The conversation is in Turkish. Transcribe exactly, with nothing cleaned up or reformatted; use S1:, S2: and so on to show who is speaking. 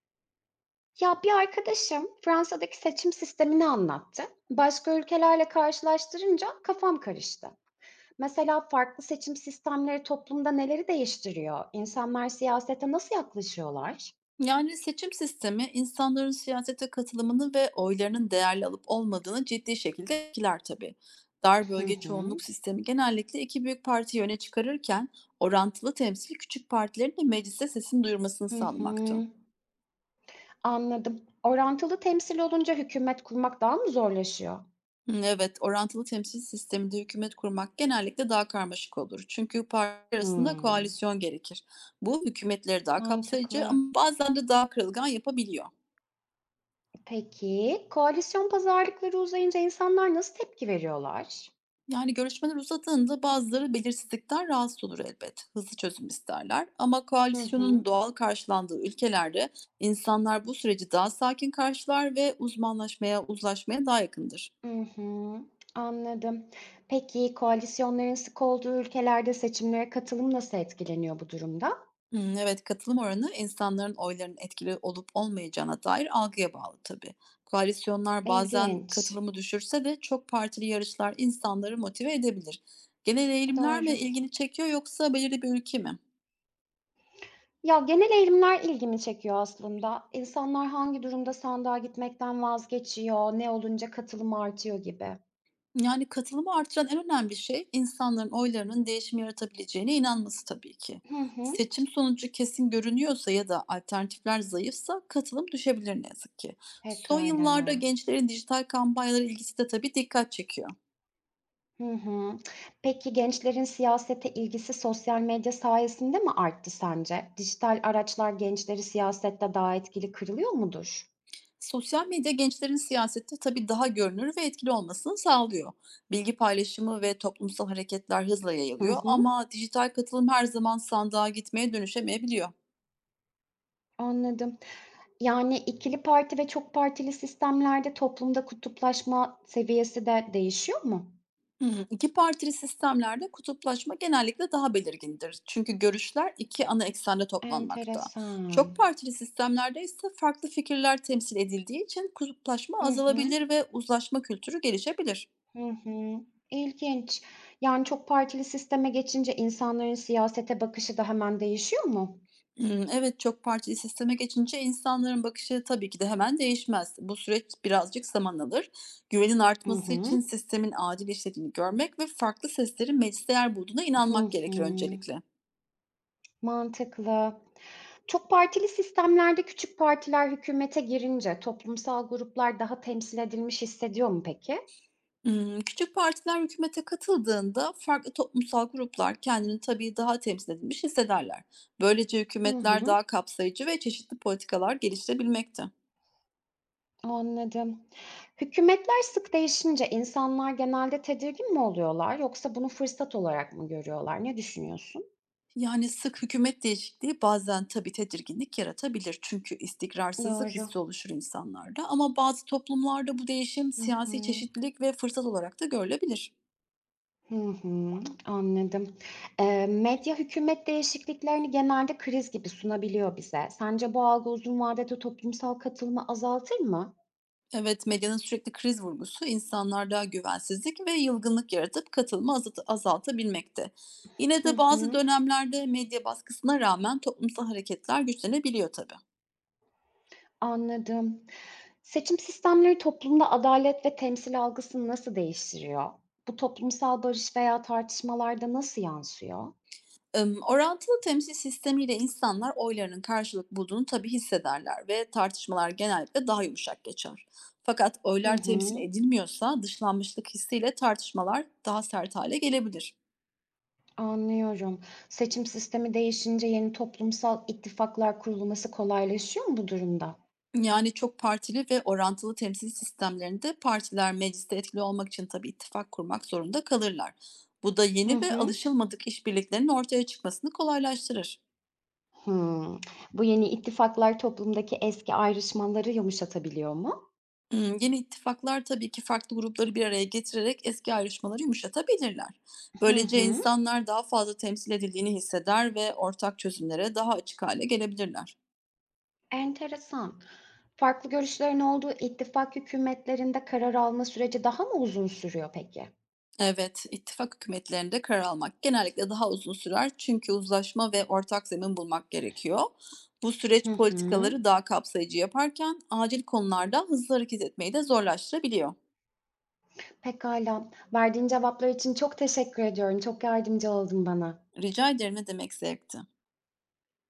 S1: Ya bir arkadaşım Fransa'daki seçim sistemini anlattı. Başka ülkelerle karşılaştırınca kafam karıştı. Mesela farklı seçim sistemleri toplumda neleri değiştiriyor? İnsanlar siyasete nasıl yaklaşıyorlar?
S2: Yani seçim sistemi insanların siyasete katılımını ve oylarının değerli alıp olmadığını ciddi şekilde etkiler tabii. Dar
S1: Hı
S2: bölge
S1: hı,
S2: çoğunluk sistemi genellikle iki büyük partiyi öne çıkarırken orantılı temsil küçük partilerin de mecliste sesini duyurmasını
S1: hı hı.
S2: sağlamaktı.
S1: Anladım. Orantılı temsil olunca hükümet kurmak daha mı zorlaşıyor?
S2: Hmm, Evet, orantılı temsil sisteminde hükümet kurmak genellikle daha karmaşık olur. Çünkü parti arasında
S1: Hmm,
S2: koalisyon gerekir. Bu hükümetleri daha kapsayıcı
S1: mantıklı.
S2: ama bazen de daha kırılgan yapabiliyor.
S1: Peki, koalisyon pazarlıkları uzayınca insanlar nasıl tepki veriyorlar?
S2: Yani görüşmeler uzadığında bazıları belirsizlikten rahatsız olur elbet. Hızlı çözüm isterler ama
S1: Hı hı.
S2: koalisyonun doğal karşılandığı ülkelerde insanlar bu süreci daha sakin karşılar ve uzmanlaşmaya, uzlaşmaya daha yakındır.
S1: Hı hı, anladım. Peki, koalisyonların sık olduğu ülkelerde seçimlere katılım nasıl etkileniyor bu durumda?
S2: Hmm, evet, katılım oranı insanların oylarının etkili olup olmayacağına dair algıya bağlı tabii. Koalisyonlar bazen
S1: İlginç.
S2: katılımı düşürse de çok partili yarışlar insanları motive edebilir. Genel eğilimler mi
S1: Doğru.
S2: ilgini çekiyor yoksa belirli bir ülke mi?
S1: Ya genel eğilimler ilgimi çekiyor aslında. İnsanlar hangi durumda sandığa gitmekten vazgeçiyor, ne olunca katılım artıyor gibi.
S2: Yani, katılımı artıran en önemli şey insanların oylarının değişim yaratabileceğine inanması tabii ki.
S1: Hı hı.
S2: Seçim sonucu kesin görünüyorsa ya da alternatifler zayıfsa katılım düşebilir ne yazık ki. Son
S1: Pekala.
S2: yıllarda gençlerin dijital kampanyalara ilgisi de tabii dikkat çekiyor.
S1: Hı hı. Peki gençlerin siyasete ilgisi sosyal medya sayesinde mi arttı sence? Dijital araçlar gençleri siyasette daha etkili kırılıyor mudur?
S2: Sosyal medya gençlerin siyasette tabii daha görünür ve etkili olmasını sağlıyor. Bilgi paylaşımı ve toplumsal hareketler hızla
S1: Hı
S2: yayılıyor
S1: hı.
S2: ama dijital katılım her zaman sandığa gitmeye dönüşemeyebiliyor.
S1: Anladım. Yani ikili parti ve çok partili sistemlerde toplumda kutuplaşma seviyesi de değişiyor mu?
S2: Hımm. iki partili sistemlerde kutuplaşma genellikle daha belirgindir. Çünkü görüşler iki ana eksende toplanmakta.
S1: Enteresan.
S2: Çok partili sistemlerde ise farklı fikirler temsil edildiği için kutuplaşma
S1: Hı hı.
S2: azalabilir ve uzlaşma kültürü gelişebilir.
S1: Hı hı. İlginç. Yani çok partili sisteme geçince insanların siyasete bakışı da hemen değişiyor mu?
S2: Hımm, evet, çok partili sisteme geçince insanların bakışı tabii ki de hemen değişmez. Bu süreç birazcık zaman alır. Güvenin
S1: Hı
S2: artması
S1: hı.
S2: için sistemin adil işlediğini görmek ve farklı seslerin mecliste yer bulduğuna
S1: Hı
S2: inanmak
S1: hı.
S2: gerekir öncelikle.
S1: Mantıklı. Çok partili sistemlerde küçük partiler hükümete girince toplumsal gruplar daha temsil edilmiş hissediyor mu peki?
S2: Imm, küçük partiler hükümete katıldığında farklı toplumsal gruplar kendini tabii daha temsil edilmiş hissederler. Böylece
S1: Hı
S2: hükümetler
S1: hı.
S2: daha kapsayıcı ve çeşitli politikalar geliştirebilmekte.
S1: Anladım. Hükümetler sık değişince insanlar genelde tedirgin mi oluyorlar yoksa bunu fırsat olarak mı görüyorlar? Ne düşünüyorsun?
S2: Yani sık hükümet değişikliği bazen tabii tedirginlik yaratabilir çünkü istikrarsızlık
S1: Doğru.
S2: hissi oluşur insanlarda ama bazı toplumlarda bu değişim
S1: Hı
S2: siyasi
S1: hı.
S2: çeşitlilik ve fırsat olarak da görülebilir.
S1: Hı hı. Anladım. Eee, medya hükümet değişikliklerini genelde kriz gibi sunabiliyor bize. Sence bu algı uzun vadede toplumsal katılımı azaltır mı?
S2: Evet, medyanın sürekli kriz vurgusu insanlarda güvensizlik ve yılgınlık yaratıp katılımı azalt- azaltabilmekte. Yine
S1: Hı
S2: de bazı
S1: hı.
S2: dönemlerde medya baskısına rağmen toplumsal hareketler güçlenebiliyor tabii.
S1: Anladım. Seçim sistemleri toplumda adalet ve temsil algısını nasıl değiştiriyor? Bu toplumsal barış veya tartışmalarda nasıl yansıyor?
S2: Im, orantılı temsil sistemiyle insanlar oylarının karşılık bulduğunu tabii hissederler ve tartışmalar genellikle daha yumuşak geçer. Fakat
S1: Hı
S2: oylar temsil
S1: hı,
S2: edilmiyorsa dışlanmışlık hissiyle tartışmalar daha sert hale gelebilir.
S1: anlıyorum. Seçim sistemi değişince yeni toplumsal ittifaklar kurulması kolaylaşıyor mu bu durumda?
S2: Yani çok partili ve orantılı temsil sistemlerinde partiler mecliste etkili olmak için tabii ittifak kurmak zorunda kalırlar. Bu da
S1: Hı
S2: yeni ve
S1: hı.
S2: alışılmadık işbirliklerinin ortaya çıkmasını kolaylaştırır.
S1: Hımm. Bu yeni ittifaklar toplumdaki eski ayrışmaları yumuşatabiliyor mu?
S2: Hmm, Yeni ittifaklar tabii ki farklı grupları bir araya getirerek eski ayrışmaları yumuşatabilirler.
S1: Hı
S2: Böylece
S1: hı.
S2: insanlar daha fazla temsil edildiğini hisseder ve ortak çözümlere daha açık hale gelebilirler.
S1: Enteresan. Farklı görüşlerin olduğu ittifak hükümetlerinde karar alma süreci daha mı uzun sürüyor peki?
S2: Evet, ittifak hükümetlerinde karar almak genellikle daha uzun sürer çünkü uzlaşma ve ortak zemin bulmak gerekiyor. Bu
S1: Hı
S2: süreç
S1: hı.
S2: politikaları daha kapsayıcı yaparken acil konularda hızlı hareket etmeyi de zorlaştırabiliyor.
S1: Pekala. Verdiğin cevaplar için çok teşekkür ediyorum. Çok yardımcı oldun bana.
S2: Rica ederim, ne demek, zevkti.